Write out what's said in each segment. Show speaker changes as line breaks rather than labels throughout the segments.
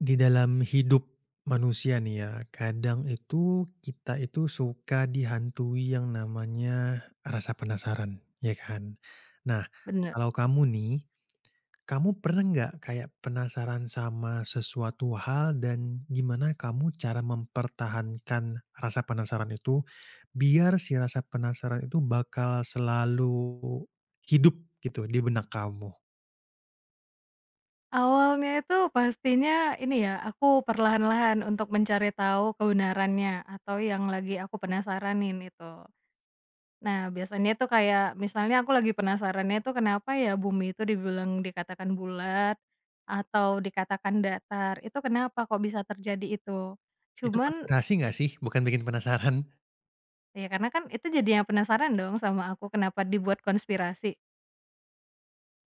Di dalam hidup manusia nih ya, kadang itu kita itu suka dihantui yang namanya rasa penasaran, ya kan? Nah,
Bener.
kalau kamu nih, kamu pernah nggak kayak penasaran sama sesuatu hal dan gimana kamu cara mempertahankan rasa penasaran itu, biar si rasa penasaran itu bakal selalu hidup gitu di benak kamu?
Awalnya itu pastinya ini ya, aku perlahan-lahan untuk mencari tahu kebenarannya atau yang lagi aku penasaranin itu. Nah, biasanya tuh kayak misalnya aku lagi penasarannya tuh kenapa ya bumi itu dikatakan bulat atau dikatakan datar, itu kenapa kok bisa terjadi itu?
Itu
Cuman
konspirasi nggak sih? Bukan bikin penasaran?
ya karena kan itu jadinya penasaran dong sama aku kenapa dibuat konspirasi,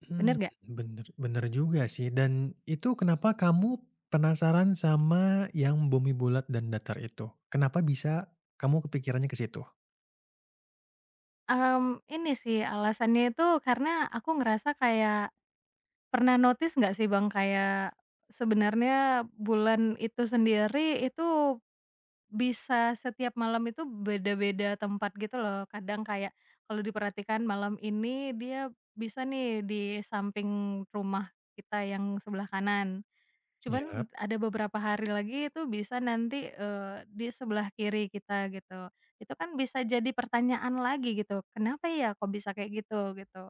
Hmm,
bener nggak?
bener bener juga sih dan itu kenapa kamu penasaran sama yang bumi bulat dan datar itu? Kenapa bisa kamu kepikirannya ke situ?
Ini sih alasannya itu karena aku ngerasa kayak pernah notice nggak sih, Bang, kayak sebenarnya bulan itu sendiri itu bisa setiap malam itu beda-beda tempat gitu loh. Kadang kayak kalau diperhatikan malam ini dia bisa nih di samping rumah kita yang sebelah kanan. Cuman
Yap,
ada beberapa hari lagi itu bisa nanti, di sebelah kiri kita gitu. Itu kan bisa jadi pertanyaan lagi gitu, "Kenapa ya kok bisa kayak gitu?" Gitu.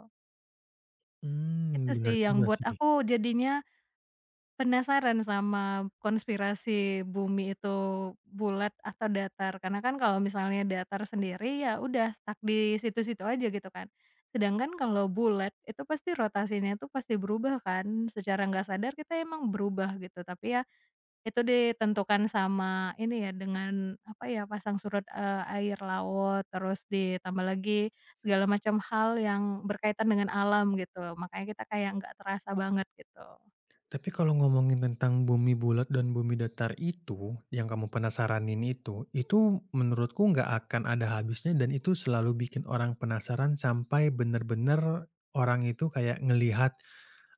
Itu
hmm, bener
sih yang
juga
buat
sih.
aku jadinya penasaran sama konspirasi bumi itu bulat atau datar, karena kan kalau misalnya datar sendiri ya udah stuck di situ-situ aja gitu kan. Sedangkan kalau bulat itu pasti rotasinya tuh pasti berubah kan, secara nggak sadar kita emang berubah gitu, tapi ya itu ditentukan sama ini ya, dengan apa ya, pasang surut, air laut, terus ditambah lagi segala macam hal yang berkaitan dengan alam gitu, makanya kita kayak nggak terasa banget gitu.
Tapi kalau ngomongin tentang bumi bulat dan bumi datar itu, yang kamu penasaranin itu menurutku nggak akan ada habisnya dan itu selalu bikin orang penasaran sampai bener-bener orang itu kayak ngelihat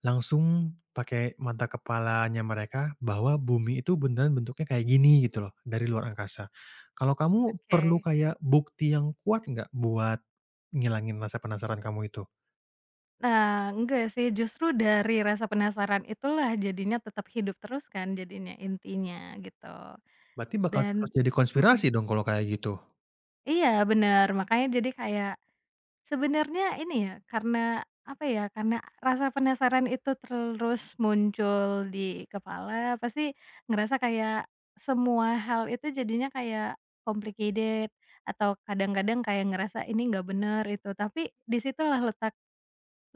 langsung pakai mata kepalanya mereka bahwa bumi itu beneran bentuknya kayak gini gitu loh, dari luar angkasa. Kalau kamu perlu
Oke.
kayak bukti yang kuat nggak buat ngilangin rasa penasaran kamu itu?
Nah, enggak sih, justru dari rasa penasaran itulah jadinya tetap hidup terus kan jadinya, intinya gitu.
Berarti bakal terus
Dan
jadi konspirasi
mhm,
dong kalau kayak gitu?
iya bener, makanya jadi kayak sebenarnya ini ya, karena apa ya, karena rasa penasaran itu terus muncul di kepala, pasti ngerasa kayak semua hal itu jadinya kayak complicated atau kadang-kadang kayak ngerasa ini nggak bener itu, tapi di situlah letak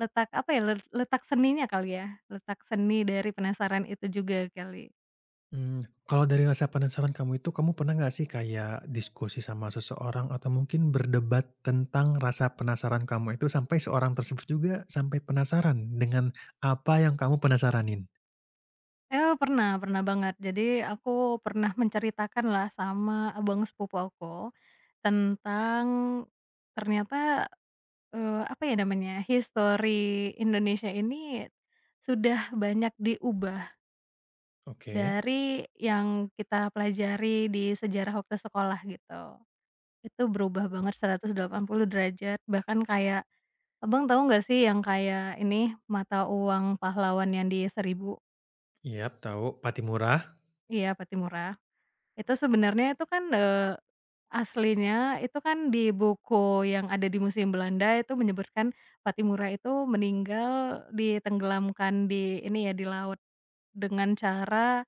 letak apa ya, letak seninya kali ya, letak seni dari penasaran itu juga kali.
Mmm, kalau dari rasa penasaran kamu itu, kamu pernah nggak sih kayak diskusi sama seseorang atau mungkin berdebat tentang rasa penasaran kamu itu sampai seorang tersebut juga sampai penasaran dengan apa yang kamu penasaranin?
Eh, pernah pernah banget. Jadi aku pernah menceritakan lah sama abang sepupu aku tentang ternyata, apa ya namanya, history Indonesia ini sudah banyak diubah
Oke.
dari yang kita pelajari di sejarah waktu sekolah gitu. Itu berubah banget 180 derajat bahkan kayak Abang tahu nggak sih yang kayak ini, mata uang pahlawan yang di Seribu?
Iyap, tahu, Patimura.
Iya, Patimura. Itu sebenarnya itu kan, aslinya itu kan di buku yang ada di Museum Belanda itu menyebutkan Patimura itu meninggal ditenggelamkan di ini ya, di laut dengan cara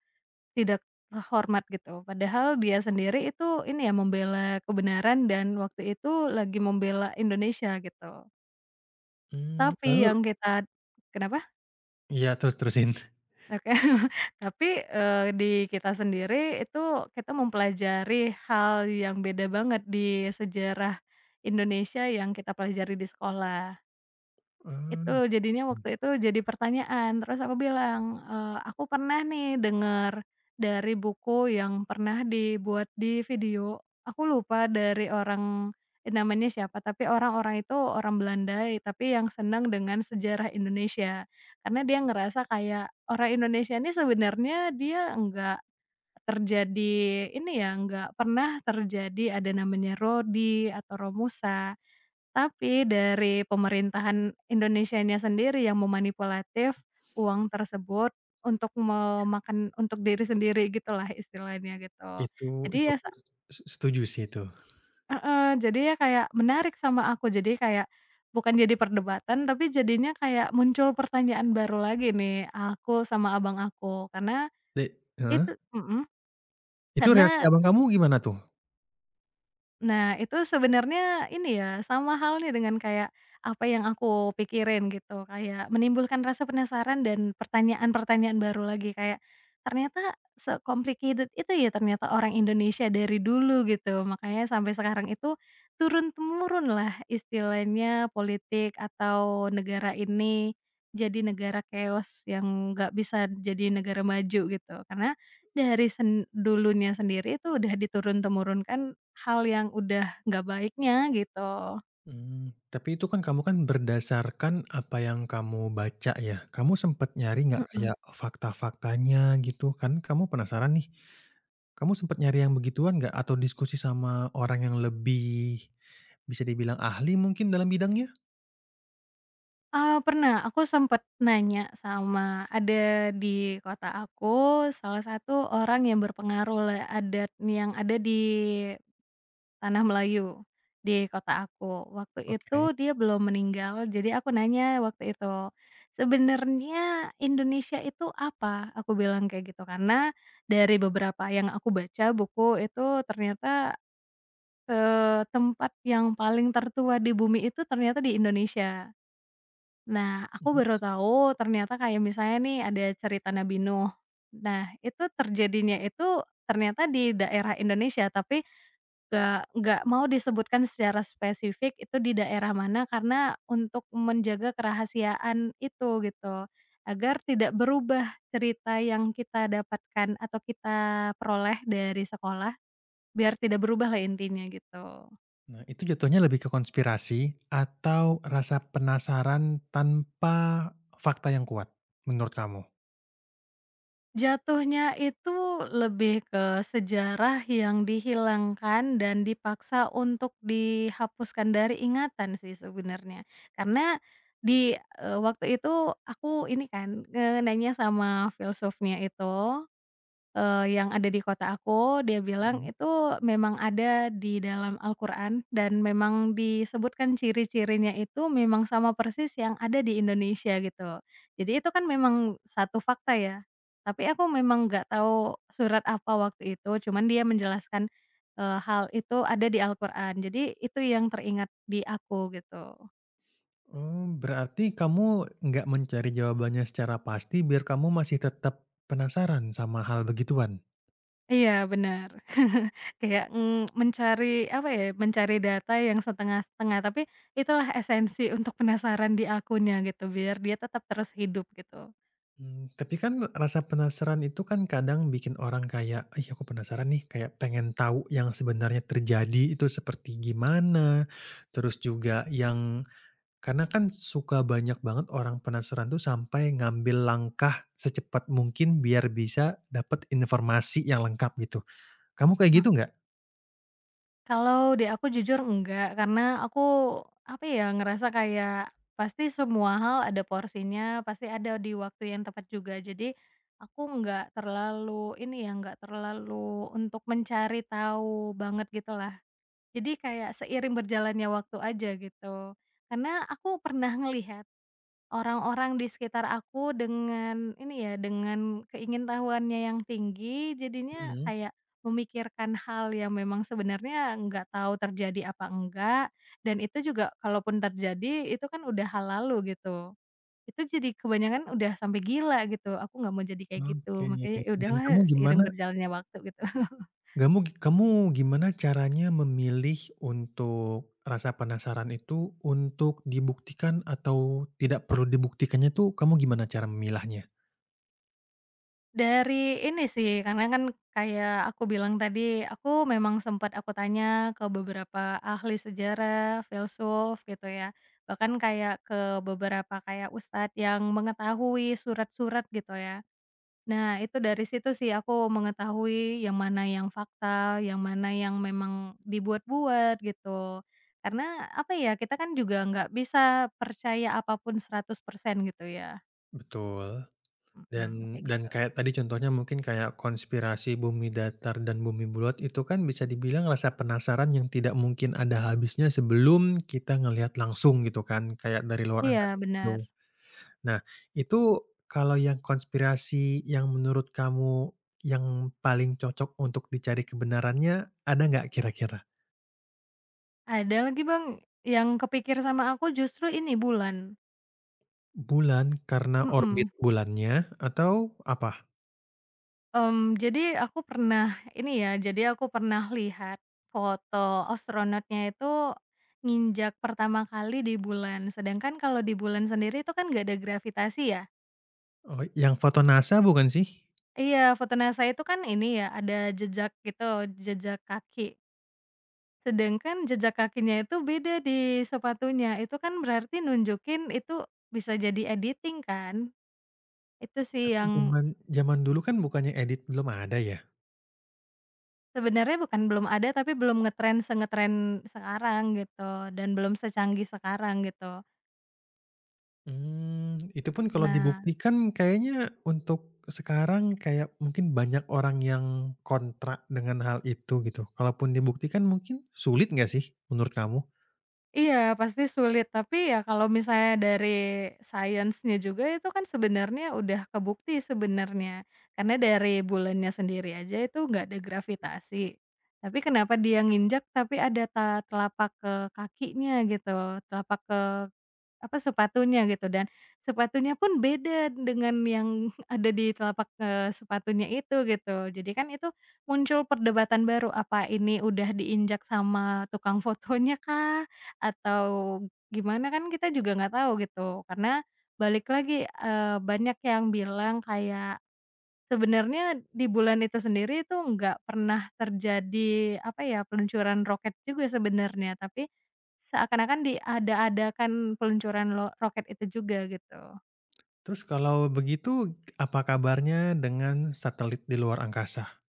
tidak hormat gitu. Padahal dia sendiri itu ini ya, membela kebenaran dan waktu itu lagi membela Indonesia gitu.
Mmm,
Tapi
lalu
yang kita kenapa?
iya, terus terusin.
Oke. Tapi, di kita sendiri itu kita mempelajari hal yang beda banget di sejarah Indonesia yang kita pelajari di sekolah.
Eee,
Itu jadinya waktu itu jadi pertanyaan, terus aku bilang, "Aku pernah nih dengar dari buku yang pernah dibuat di video," aku lupa dari orang, namanya siapa, tapi orang-orang itu orang Belanda, tapi yang senang dengan sejarah Indonesia. Karena dia ngerasa kayak orang Indonesia ini sebenarnya dia nggak terjadi ini ya, nggak pernah terjadi ada namanya Rodi atau Romusa. Tapi dari pemerintahan Indonesianya sendiri yang memanipulatif uang tersebut untuk memakan untuk diri sendiri gitulah istilahnya gitu.
itu
Jadi
itu
ya
aku setuju sih itu.
heeh, jadi ya kayak menarik sama aku. Jadi kayak bukan jadi perdebatan, tapi jadinya kayak muncul pertanyaan baru lagi nih, aku sama abang aku. Karena
De heeh,
itu mhm,
itu reaksi
karena
abang kamu gimana tuh?
nah, itu sebenarnya ini ya, sama halnya dengan kayak apa yang aku pikirin gitu, kayak menimbulkan rasa penasaran dan pertanyaan-pertanyaan baru lagi kayak, ternyata se-complicated itu ya ternyata orang Indonesia dari dulu gitu. Makanya sampai sekarang itu turun temurun lah istilahnya politik atau negara ini jadi negara chaos yang nggak bisa jadi negara maju gitu. Karena dari dulunya sendiri itu udah diturun-temurunkan hal yang udah nggak baiknya gitu.
Mmm, tapi itu kan kamu kan berdasarkan apa yang kamu baca ya, kamu sempet nyari nggak
Mhm.
kayak fakta-faktanya gitu? Kan kamu penasaran nih, kamu sempet nyari yang begituan nggak? Atau diskusi sama orang yang lebih bisa dibilang ahli mungkin dalam bidangnya?
Pernah aku sempet nanya sama ada di kota aku salah satu orang yang berpengaruh lah adat yang ada di Tanah Melayu, di kota aku. Waktu itu
Oke.
dia belum meninggal, jadi aku nanya waktu itu, "Sebenarnya Indonesia itu apa?" Aku bilang kayak gitu, karena dari beberapa yang aku baca buku itu ternyata, tempat yang paling tertua di bumi itu ternyata di Indonesia. Nah, aku
Mhm.
baru tahu ternyata kayak misalnya nih ada cerita Nabi Nuh. Nah, itu terjadinya itu ternyata di daerah Indonesia, tapi nggak mau disebutkan secara spesifik itu di daerah mana karena untuk menjaga kerahasiaan itu gitu, agar tidak berubah cerita yang kita dapatkan atau kita peroleh dari sekolah, biar tidak berubahlah intinya gitu.
Nah, itu jatuhnya lebih ke konspirasi atau rasa penasaran tanpa fakta yang kuat menurut kamu?
Jatuhnya itu lebih ke sejarah yang dihilangkan dan dipaksa untuk dihapuskan dari ingatan sih sebenarnya. Karena di, waktu itu aku ini kan, nanya sama filsufnya itu, yang ada di kota aku, dia bilang
Mhm.
itu memang ada di dalam Al-Quran dan memang disebutkan ciri-cirinya itu memang sama persis yang ada di Indonesia gitu. Jadi itu kan memang satu fakta ya, tapi aku memang nggak tahu surat apa waktu itu, cuman dia menjelaskan, hal itu ada di Al-Quran, jadi itu yang teringat di aku gitu.
Oh, berarti kamu nggak mencari jawabannya secara pasti biar kamu masih tetap penasaran sama hal begituan?
Iya benar. Kayak, mencari apa ya, mencari data yang setengah-setengah, tapi itulah esensi untuk penasaran di akunya gitu, biar dia tetap terus hidup gitu.
Mmm, tapi kan rasa penasaran itu kan kadang bikin orang kayak, "Ih, aku penasaran nih," kayak pengen tahu yang sebenarnya terjadi itu seperti gimana, terus juga yang karena kan suka banyak banget orang penasaran tuh sampai ngambil langkah secepat mungkin biar bisa dapat informasi yang lengkap gitu. Kamu kayak gitu
Mhm.
nggak?
Kalau di aku jujur enggak, karena aku apa ya, ngerasa kayak pasti semua hal ada porsinya, pasti ada di waktu yang tepat juga. Jadi aku enggak terlalu ini ya, enggak terlalu untuk mencari tahu banget gitulah. Jadi kayak seiring berjalannya waktu aja gitu. Karena aku pernah ngelihat orang-orang di sekitar aku dengan ini ya, dengan keingintahuannya yang tinggi, jadinya
Mhm.
kayak memikirkan hal yang memang sebenarnya nggak tahu terjadi apa enggak, dan itu juga kalaupun terjadi itu kan udah hal lalu gitu. Itu jadi kebanyakan udah sampai gila gitu, aku nggak mau jadi kayak
Oke,
gitu, makanya ya
dan
udahlah
kamu
seiring
gimana
berjalannya waktu gitu.
kamu kamu gimana caranya memilih untuk rasa penasaran itu untuk dibuktikan atau tidak perlu dibuktikannya tuh kamu gimana cara memilahnya?
Dari ini sih, karena kan kayak aku bilang tadi, aku memang sempat aku tanya ke beberapa ahli sejarah, filsuf gitu ya, bahkan kayak ke beberapa kayak ustadz yang mengetahui surat-surat gitu ya. Nah, itu dari situ sih aku mengetahui yang mana yang fakta, yang mana yang memang dibuat-buat gitu. Karena apa ya, kita kan juga nggak bisa percaya apapun 100%, gitu ya,
Betul.
mhm,
Dan
kayak gitu.
dan kayak tadi contohnya mungkin kayak konspirasi bumi datar dan bumi bulat itu kan bisa dibilang rasa penasaran yang tidak mungkin ada habisnya sebelum kita ngelihat langsung gitu kan, kayak dari luar
Iya,
angkasa gitu.
benar.
Nah, itu kalau yang konspirasi yang menurut kamu yang paling cocok untuk dicari kebenarannya ada nggak kira-kira?
Ada lagi, Bang, yang kepikir sama aku justru ini bulan,
Bulan karena orbit
mhm,
bulannya atau apa?
jadi aku pernah ini ya, jadi aku pernah lihat foto astronotnya itu nginjak pertama kali di bulan, sedangkan kalau di bulan sendiri itu kan nggak ada gravitasi ya.
Oh, yang foto NASA bukan sih?
Iya, foto NASA itu kan ini ya, ada jejak gitu, jejak kaki. Sedangkan jejak kakinya itu beda di sepatunya, itu kan berarti nunjukin itu bisa jadi editing kan. Itu sih
Tapi
yang
zaman zaman dulu kan bukannya edit belum ada ya?
sebenarnya bukan belum ada, tapi belum ngetren sengetren sekarang gitu, dan belum secanggih sekarang gitu.
Mmm, itu pun kalau
Nah,
dibuktikan kayaknya untuk sekarang kayak mungkin banyak orang yang kontra dengan hal itu gitu. Kalaupun dibuktikan mungkin sulit nggak sih menurut kamu?
iya pasti sulit, tapi ya kalau misalnya dari sainsnya juga itu kan sebenarnya udah kebukti sebenarnya. Karena dari bulannya sendiri aja itu nggak ada gravitasi, tapi kenapa dia nginjak tapi ada telapak kakinya gitu, telapak apa, sepatunya gitu dan sepatunya pun beda dengan yang ada di telapak, sepatunya itu gitu. Jadi kan itu muncul perdebatan baru, apa ini udah diinjak sama tukang fotonya kah atau gimana kan kita juga nggak tahu gitu. Karena balik lagi, banyak yang bilang kayak sebenarnya di bulan itu sendiri itu nggak pernah terjadi, apa ya, peluncuran roket juga sebenarnya, tapi seakan-akan diada-adakan peluncuran lo roket itu juga gitu.
Terus kalau begitu apa kabarnya dengan satelit di luar angkasa?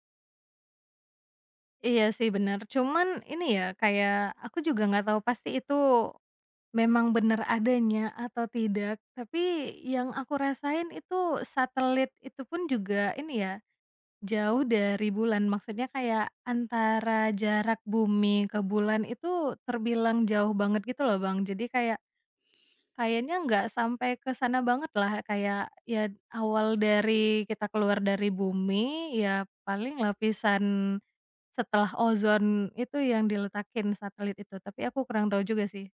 Iya sih bener, cuman ini ya, kayak aku juga nggak tahu pasti itu memang bener adanya atau tidak, tapi yang aku rasain itu satelit itu pun juga ini ya, jauh dari bulan, maksudnya kayak antara jarak bumi ke bulan itu terbilang jauh banget gitu loh, Bang. Jadi kayak kayaknya nggak sampai ke sana banget lah, kayak ya awal dari kita keluar dari bumi, ya paling lapisan setelah ozon itu yang diletakin satelit itu, tapi aku kurang tahu juga sih.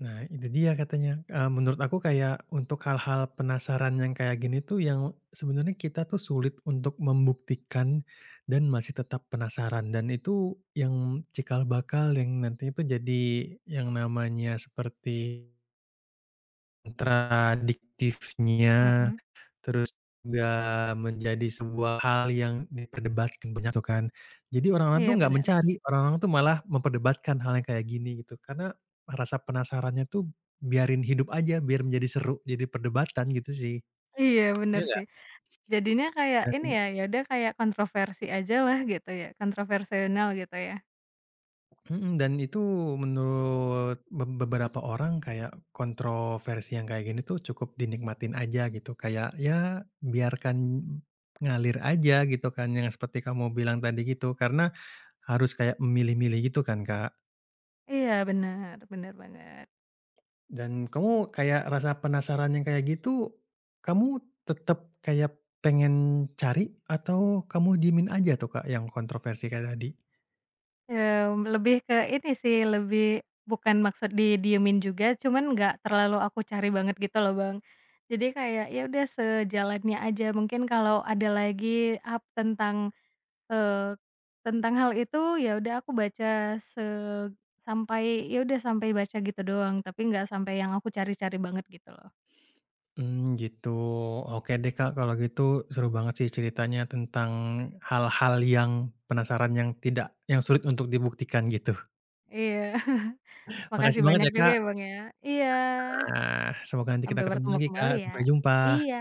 Nah, itu dia katanya, menurut aku kayak untuk hal-hal penasaran yang kayak gini tuh yang sebenarnya kita tuh sulit untuk membuktikan dan masih tetap penasaran dan itu yang cikal bakal yang nantinya tuh jadi yang namanya seperti kontradiktifnya.
Mhm,
Terus nggak menjadi sebuah hal yang diperdebatkan banyak tuh kan. Jadi orang-orang
iya
tuh nggak
benar.
mencari, orang-orang tuh malah memperdebatkan hal yang kayak gini gitu. Karena rasa penasarannya tuh biarin hidup aja, biar menjadi seru, jadi perdebatan gitu sih,
Iya
iya
benar
nggak?
sih. Jadinya kayak ini
Dan
ya, ya udah kayak kontroversi aja lah gitu ya, kontroversial gitu ya.
Mhm, dan itu menurut beberapa orang kayak kontroversi yang kayak gini tuh cukup dinikmatin aja gitu, kayak ya biarkan ngalir aja gitu kan, yang seperti kamu bilang tadi gitu. Karena harus kayak memilih-milih gitu kan, Kak.
Iya bener bener banget,
Dan kamu kayak rasa penasaran yang kayak gitu, kamu tetap kayak pengen cari atau kamu diemin aja tuh, Kak, yang kontroversi kayak tadi?
lebih ke ini sih, lebih bukan maksud didiemin juga, cuman nggak terlalu aku cari banget gitu loh, Bang. Jadi kayak ya udah sejalannya aja, mungkin kalau ada lagi up eee, tentang hal itu, ya udah aku baca se sampai ya udah sampai baca gitu doang, tapi nggak sampai yang aku cari-cari banget gitu loh.
Mmm, gitu. Oke deh, Kak, kalau gitu seru banget sih ceritanya tentang hal-hal yang penasaran yang tidak yang sulit untuk dibuktikan gitu.
Iya.
Makasih
Makasih
banget
banyak
ya,
juga
Kak.
ya, Bang, ya. Iya,
Nah, semoga nanti kita
sampai
ketemu
bertemu
lagi, Kak.
kembali ya.
Sampai jumpa.
Iya.